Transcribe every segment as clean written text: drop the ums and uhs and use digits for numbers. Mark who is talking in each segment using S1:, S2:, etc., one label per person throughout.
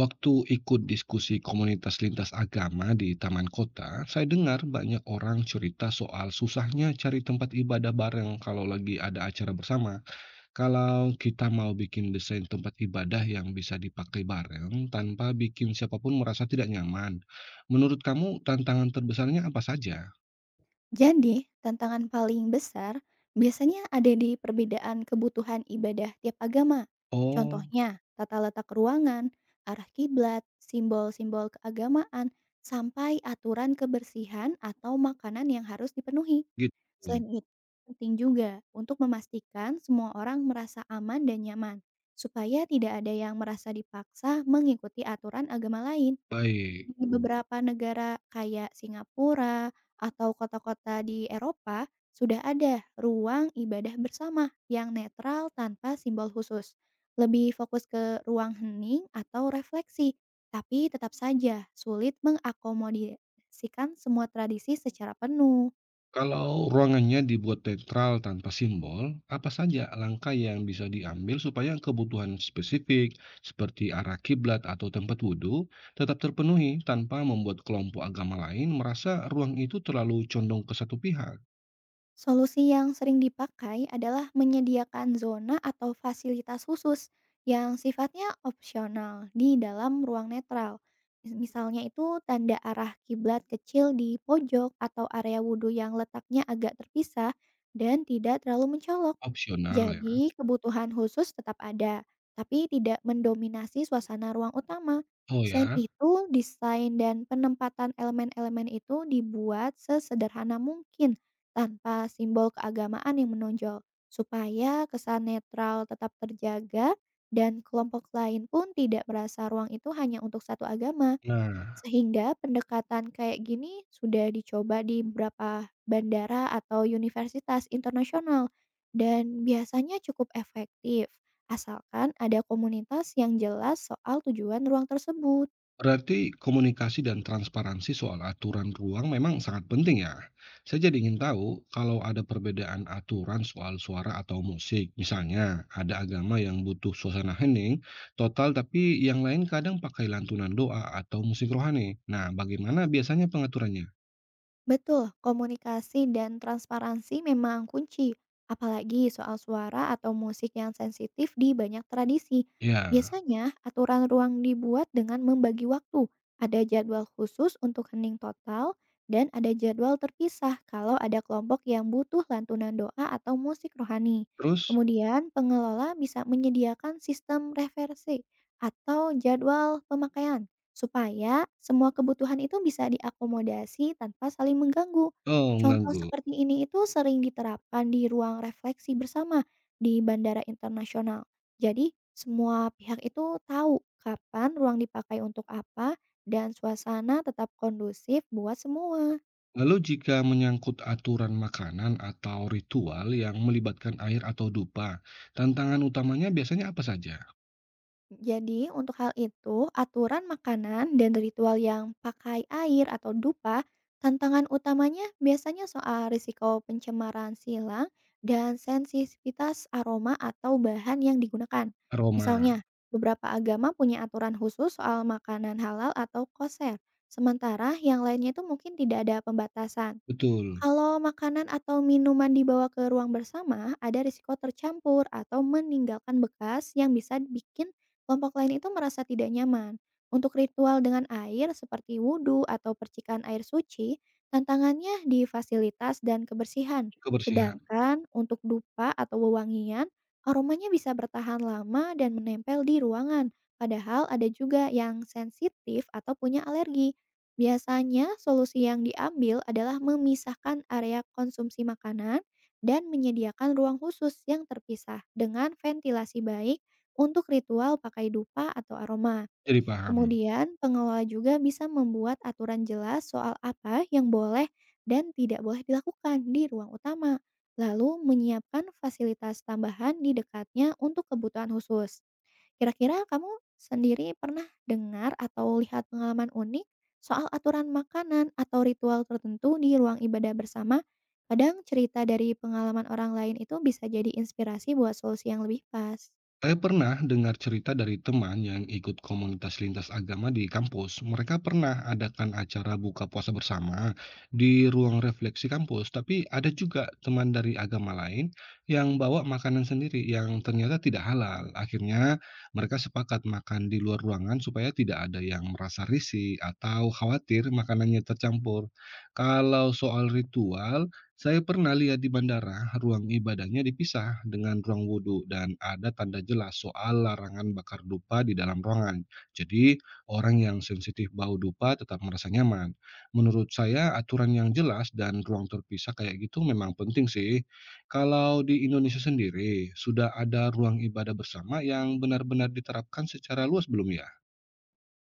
S1: Waktu ikut diskusi komunitas lintas agama di taman kota, saya dengar banyak orang cerita soal susahnya cari tempat ibadah bareng kalau lagi ada acara bersama. Kalau kita mau bikin desain tempat ibadah yang bisa dipakai bareng tanpa bikin siapapun merasa tidak nyaman, menurut kamu tantangan terbesarnya apa saja?
S2: Jadi, tantangan paling besar biasanya ada di perbedaan kebutuhan ibadah tiap agama.
S1: Oh,
S2: Contohnya, tata letak ruangan, arah kiblat, simbol-simbol keagamaan, sampai aturan kebersihan atau makanan yang harus dipenuhi. Selain
S1: gitu.
S2: itu, penting juga untuk memastikan semua orang merasa aman dan nyaman, supaya tidak ada yang merasa dipaksa mengikuti aturan agama lain.
S1: Baik.
S2: Di beberapa negara kayak Singapura atau kota-kota di Eropa, sudah ada ruang ibadah bersama yang netral tanpa simbol khusus. Lebih fokus ke ruang hening atau refleksi, tapi tetap saja sulit mengakomodasikan semua tradisi secara penuh.
S1: Kalau ruangannya dibuat netral tanpa simbol, apa saja langkah yang bisa diambil supaya kebutuhan spesifik seperti arah kiblat atau tempat wudhu tetap terpenuhi tanpa membuat kelompok agama lain merasa ruang itu terlalu condong ke satu pihak?
S2: Solusi yang sering dipakai adalah menyediakan zona atau fasilitas khusus yang sifatnya opsional di dalam ruang netral. Misalnya itu tanda arah kiblat kecil di pojok atau area wudhu yang letaknya agak terpisah dan tidak terlalu mencolok.
S1: Opsional ya.
S2: Jadi, kebutuhan khusus tetap ada, tapi tidak mendominasi suasana ruang utama.
S1: Oh
S2: Selain
S1: ya.
S2: itu, desain dan penempatan elemen-elemen itu dibuat sesederhana mungkin tanpa simbol keagamaan yang menonjol, supaya kesan netral tetap terjaga dan kelompok lain pun tidak merasa ruang itu hanya untuk satu agama.
S1: Nah,
S2: Sehingga pendekatan kayak gini sudah dicoba di beberapa bandara atau universitas internasional dan biasanya cukup efektif, asalkan ada komunitas yang jelas soal tujuan ruang tersebut.
S1: berarti komunikasi dan transparansi soal aturan ruang memang sangat penting ya. Saya jadi ingin tahu kalau ada perbedaan aturan soal suara atau musik. Misalnya, ada agama yang butuh suasana hening total tapi yang lain kadang pakai lantunan doa atau musik rohani. Nah, bagaimana biasanya pengaturannya?
S2: Betul, komunikasi dan transparansi memang kunci, apalagi soal suara atau musik yang sensitif di banyak tradisi.
S1: Ya,
S2: Biasanya, aturan ruang dibuat dengan membagi waktu. Ada jadwal khusus untuk hening total dan ada jadwal terpisah kalau ada kelompok yang butuh lantunan doa atau musik rohani.
S1: terus,
S2: Kemudian, pengelola bisa menyediakan sistem reversi atau jadwal pemakaian supaya semua kebutuhan itu bisa diakomodasi tanpa saling mengganggu.
S1: oh,
S2: Contoh
S1: mengganggu.
S2: seperti ini itu sering diterapkan di ruang refleksi bersama di bandara internasional. Jadi, semua pihak itu tahu kapan ruang dipakai untuk apa dan suasana tetap kondusif buat semua.
S1: Lalu jika menyangkut aturan makanan atau ritual yang melibatkan air atau dupa, tantangan utamanya biasanya apa saja?
S2: Jadi, untuk hal itu, aturan makanan dan ritual yang pakai air atau dupa, tantangan utamanya biasanya soal risiko pencemaran silang dan sensitivitas aroma atau bahan yang digunakan.
S1: Aroma,
S2: Misalnya, beberapa agama punya aturan khusus soal makanan halal atau koser, sementara yang lainnya itu mungkin tidak ada pembatasan.
S1: betul,
S2: Kalau makanan atau minuman dibawa ke ruang bersama, ada risiko tercampur atau meninggalkan bekas yang bisa bikin kelompok lain itu merasa tidak nyaman. Untuk ritual dengan air seperti wudhu atau percikan air suci, tantangannya di fasilitas dan kebersihan.
S1: kebersihan.
S2: Sedangkan untuk dupa atau wewangian, aromanya bisa bertahan lama dan menempel di ruangan. Padahal ada juga yang sensitif atau punya alergi. Biasanya solusi yang diambil adalah memisahkan area konsumsi makanan dan menyediakan ruang khusus yang terpisah dengan ventilasi baik untuk ritual pakai dupa atau aroma.
S1: Jadi paham.
S2: Kemudian, pengelola juga bisa membuat aturan jelas soal apa yang boleh dan tidak boleh dilakukan di ruang utama, lalu menyiapkan fasilitas tambahan di dekatnya untuk kebutuhan khusus. Kira-kira kamu sendiri pernah dengar atau lihat pengalaman unik soal aturan makanan atau ritual tertentu di ruang ibadah bersama? Kadang cerita dari pengalaman orang lain itu bisa jadi inspirasi buat solusi yang lebih pas.
S1: Saya pernah dengar cerita dari teman yang ikut komunitas lintas agama di kampus. Mereka pernah adakan acara buka puasa bersama di ruang refleksi kampus, tapi ada juga teman dari agama lain yang bawa makanan sendiri yang ternyata tidak halal. Akhirnya mereka sepakat makan di luar ruangan supaya tidak ada yang merasa risih atau khawatir makanannya tercampur. Kalau soal ritual, saya pernah lihat di bandara, ruang ibadahnya dipisah dengan ruang wudhu dan ada tanda jelas soal larangan bakar dupa di dalam ruangan. Jadi, orang yang sensitif bau dupa tetap merasa nyaman. Menurut saya, aturan yang jelas dan ruang terpisah kayak gitu memang penting sih. Kalau di Indonesia sendiri, sudah ada ruang ibadah bersama yang benar-benar diterapkan secara luas belum ya?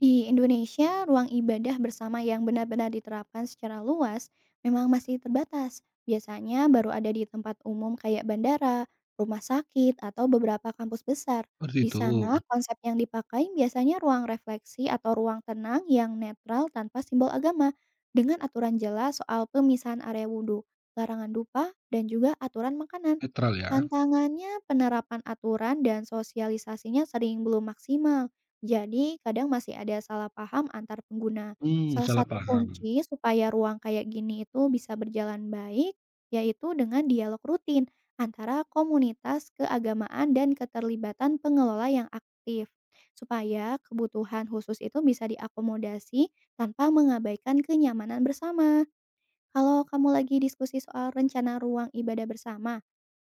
S2: Di Indonesia, ruang ibadah bersama yang benar-benar diterapkan secara luas memang masih terbatas. Biasanya baru ada di tempat umum kayak bandara, rumah sakit, atau beberapa kampus besar.
S1: Seperti
S2: Di
S1: itu,
S2: sana, konsep yang dipakai biasanya ruang refleksi atau ruang tenang yang netral tanpa simbol agama, dengan aturan jelas soal pemisahan area wudhu, larangan dupa, dan juga aturan makanan.
S1: netral ya.
S2: Tantangannya, penerapan aturan dan sosialisasinya sering belum maksimal. Jadi, kadang masih ada salah paham antar pengguna.
S1: Hmm,
S2: Salah
S1: salah
S2: satu
S1: paham.
S2: kunci supaya ruang kayak gini itu bisa berjalan baik, yaitu dengan dialog rutin antara komunitas keagamaan dan keterlibatan pengelola yang aktif, supaya kebutuhan khusus itu bisa diakomodasi tanpa mengabaikan kenyamanan bersama. Kalau kamu lagi diskusi soal rencana ruang ibadah bersama,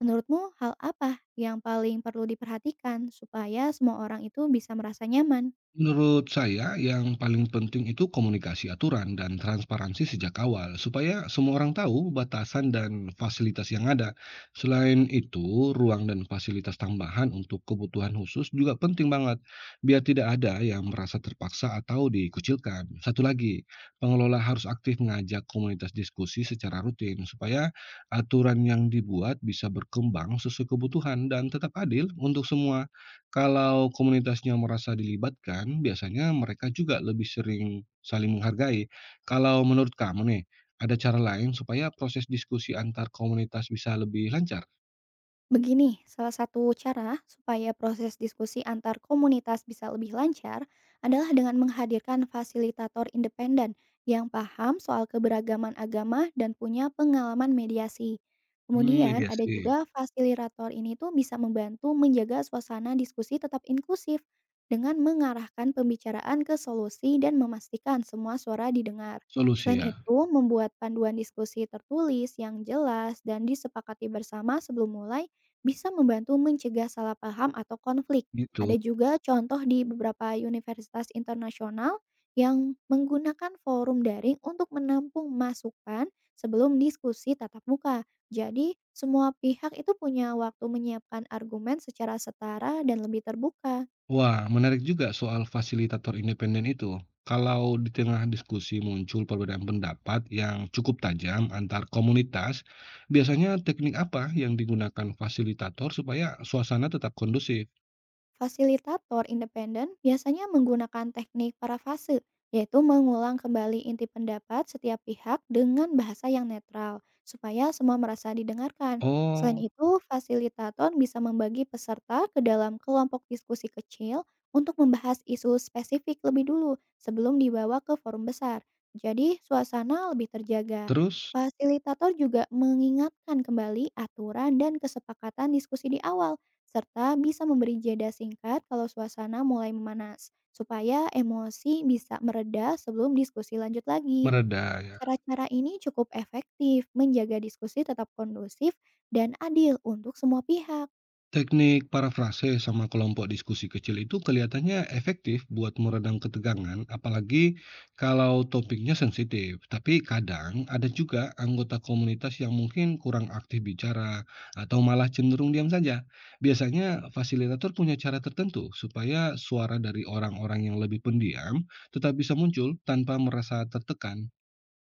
S2: menurutmu hal apa yang paling perlu diperhatikan supaya semua orang itu bisa merasa nyaman?
S1: Menurut saya, yang paling penting itu komunikasi aturan dan transparansi sejak awal, supaya semua orang tahu batasan dan fasilitas yang ada. Selain itu, ruang dan fasilitas tambahan untuk kebutuhan khusus juga penting banget, biar tidak ada yang merasa terpaksa atau dikucilkan. Satu lagi, pengelola harus aktif mengajak komunitas diskusi secara rutin, supaya aturan yang dibuat bisa berkembang sesuai kebutuhan dan tetap adil untuk semua. Kalau komunitasnya merasa dilibatkan, biasanya mereka juga lebih sering saling menghargai. Kalau menurut kamu nih, ada cara lain supaya proses diskusi antar komunitas bisa lebih lancar?
S2: Begini, salah satu cara supaya proses diskusi antar komunitas bisa lebih lancar adalah dengan menghadirkan fasilitator independen yang paham soal keberagaman agama dan punya pengalaman mediasi.
S1: Hmm,
S2: Kemudian ada
S1: mediasi.
S2: juga fasilitator ini tuh bisa membantu menjaga suasana diskusi tetap inklusif dengan mengarahkan pembicaraan ke solusi dan memastikan semua suara didengar.
S1: Solusi
S2: Selain
S1: ya.
S2: itu, membuat panduan diskusi tertulis yang jelas dan disepakati bersama sebelum mulai bisa membantu mencegah salah paham atau konflik.
S1: Gitu.
S2: Ada juga contoh di beberapa universitas internasional yang menggunakan forum daring untuk menampung masukan sebelum diskusi tatap muka. Jadi, semua pihak itu punya waktu menyiapkan argumen secara setara dan lebih terbuka.
S1: Wah, menarik juga soal fasilitator independen itu. Kalau di tengah diskusi muncul perbedaan pendapat yang cukup tajam antar komunitas, biasanya teknik apa yang digunakan fasilitator supaya suasana tetap kondusif?
S2: Fasilitator independen biasanya menggunakan teknik parafase, yaitu mengulang kembali inti pendapat setiap pihak dengan bahasa yang netral, supaya semua merasa didengarkan. Selain
S1: Oh,
S2: itu, fasilitator bisa membagi peserta ke dalam kelompok diskusi kecil untuk membahas isu spesifik lebih dulu sebelum dibawa ke forum besar. Jadi, suasana lebih terjaga.
S1: terus?
S2: Fasilitator juga mengingatkan kembali aturan dan kesepakatan diskusi di awal serta bisa memberi jeda singkat kalau suasana mulai memanas, supaya emosi bisa mereda sebelum diskusi lanjut lagi.
S1: Mereda ya.
S2: Cara-cara ini cukup efektif menjaga diskusi tetap kondusif dan adil untuk semua pihak.
S1: Teknik parafrase sama kelompok diskusi kecil itu kelihatannya efektif buat meredam ketegangan, apalagi kalau topiknya sensitif. Tapi kadang ada juga anggota komunitas yang mungkin kurang aktif bicara atau malah cenderung diam saja. Biasanya fasilitator punya cara tertentu supaya suara dari orang-orang yang lebih pendiam tetap bisa muncul tanpa merasa tertekan.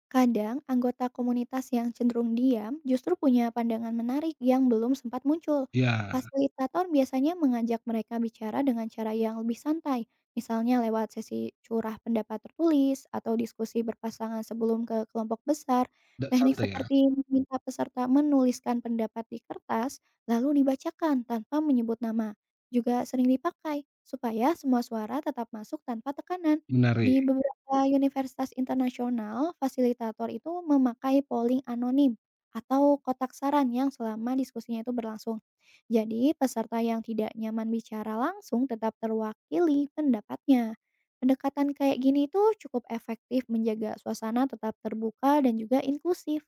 S2: Kadang anggota komunitas yang cenderung diam justru punya pandangan menarik yang belum sempat muncul.
S1: Ya,
S2: Fasilitator biasanya mengajak mereka bicara dengan cara yang lebih santai, misalnya lewat sesi curah pendapat tertulis atau diskusi berpasangan sebelum ke kelompok besar. Teknik
S1: santai ya.
S2: seperti meminta peserta menuliskan pendapat di kertas lalu dibacakan tanpa menyebut nama juga sering dipakai supaya semua suara tetap masuk tanpa tekanan.
S1: Menarik.
S2: Di beberapa universitas internasional, fasilitator itu memakai polling anonim atau kotak saran yang selama diskusinya itu berlangsung. Jadi, peserta yang tidak nyaman bicara langsung tetap terwakili pendapatnya. Pendekatan kayak gini tuh cukup efektif menjaga suasana tetap terbuka dan juga inklusif.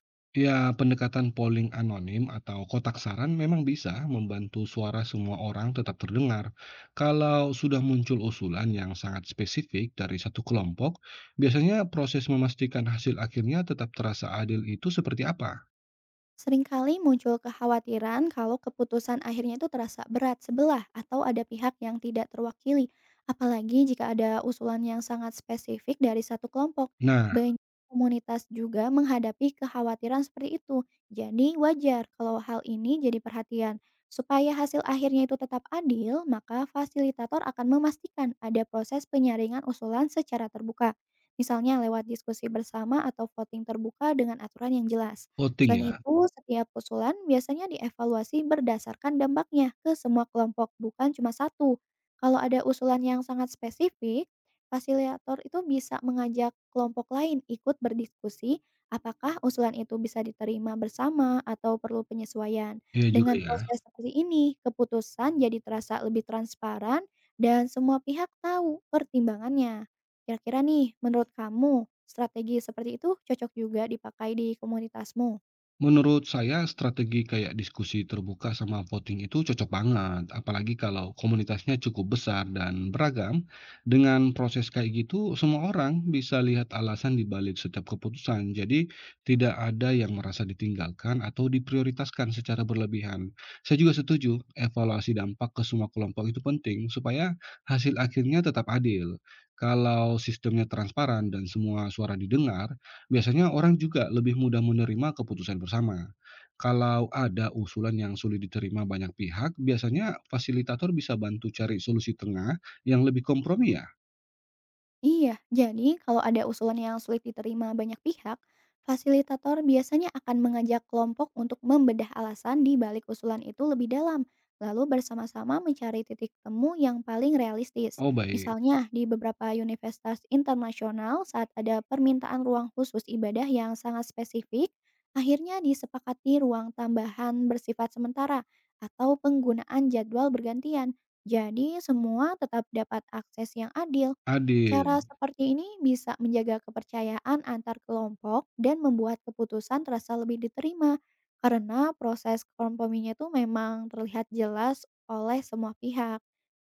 S1: Ya, pendekatan polling anonim atau kotak saran memang bisa membantu suara semua orang tetap terdengar. Kalau sudah muncul usulan yang sangat spesifik dari satu kelompok, biasanya proses memastikan hasil akhirnya tetap terasa adil itu seperti apa?
S2: Seringkali muncul kekhawatiran kalau keputusan akhirnya itu terasa berat sebelah atau ada pihak yang tidak terwakili, apalagi jika ada usulan yang sangat spesifik dari satu kelompok.
S1: Nah,
S2: Banyak komunitas juga menghadapi kekhawatiran seperti itu. Jadi wajar kalau hal ini jadi perhatian. Supaya hasil akhirnya itu tetap adil, maka fasilitator akan memastikan ada proses penyaringan usulan secara terbuka. Misalnya lewat diskusi bersama atau voting terbuka dengan aturan yang jelas.
S1: voting
S2: Selain
S1: ya,
S2: itu, setiap usulan biasanya dievaluasi berdasarkan dampaknya ke semua kelompok, bukan cuma satu. Kalau ada usulan yang sangat spesifik, fasilitator itu bisa mengajak kelompok lain ikut berdiskusi apakah usulan itu bisa diterima bersama atau perlu penyesuaian.
S1: ya juga
S2: Dengan
S1: ya.
S2: proses seperti ini, keputusan jadi terasa lebih transparan dan semua pihak tahu pertimbangannya. Kira-kira nih, menurut kamu, strategi seperti itu cocok juga dipakai di komunitasmu?
S1: Menurut saya strategi kayak diskusi terbuka sama voting itu cocok banget, apalagi kalau komunitasnya cukup besar dan beragam. Dengan proses kayak gitu, semua orang bisa lihat alasan di balik setiap keputusan. Jadi, tidak ada yang merasa ditinggalkan atau diprioritaskan secara berlebihan. Saya juga setuju, evaluasi dampak ke semua kelompok itu penting supaya hasil akhirnya tetap adil. Kalau sistemnya transparan dan semua suara didengar, biasanya orang juga lebih mudah menerima keputusan bersama. Kalau ada usulan yang sulit diterima banyak pihak, biasanya fasilitator bisa bantu cari solusi tengah yang lebih kompromi ya?
S2: Iya, jadi kalau ada usulan yang sulit diterima banyak pihak, fasilitator biasanya akan mengajak kelompok untuk membedah alasan di balik usulan itu lebih dalam, lalu bersama-sama mencari titik temu yang paling realistis.
S1: Oh baik,
S2: Misalnya, di beberapa universitas internasional saat ada permintaan ruang khusus ibadah yang sangat spesifik, akhirnya disepakati ruang tambahan bersifat sementara atau penggunaan jadwal bergantian. Jadi, semua tetap dapat akses yang adil. Cara
S1: adil.
S2: seperti ini bisa menjaga kepercayaan antar kelompok dan membuat keputusan terasa lebih diterima karena proses komprominya itu memang terlihat jelas oleh semua pihak.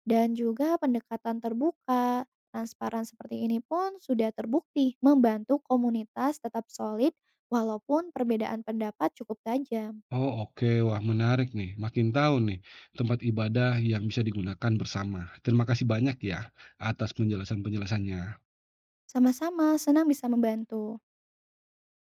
S2: Dan juga pendekatan terbuka, transparan seperti ini pun sudah terbukti membantu komunitas tetap solid walaupun perbedaan pendapat cukup tajam.
S1: Oh oke, wah menarik nih. Makin tahu nih tempat ibadah yang bisa digunakan bersama. Terima kasih banyak ya atas penjelasan-penjelasannya.
S2: Sama-sama senang bisa membantu.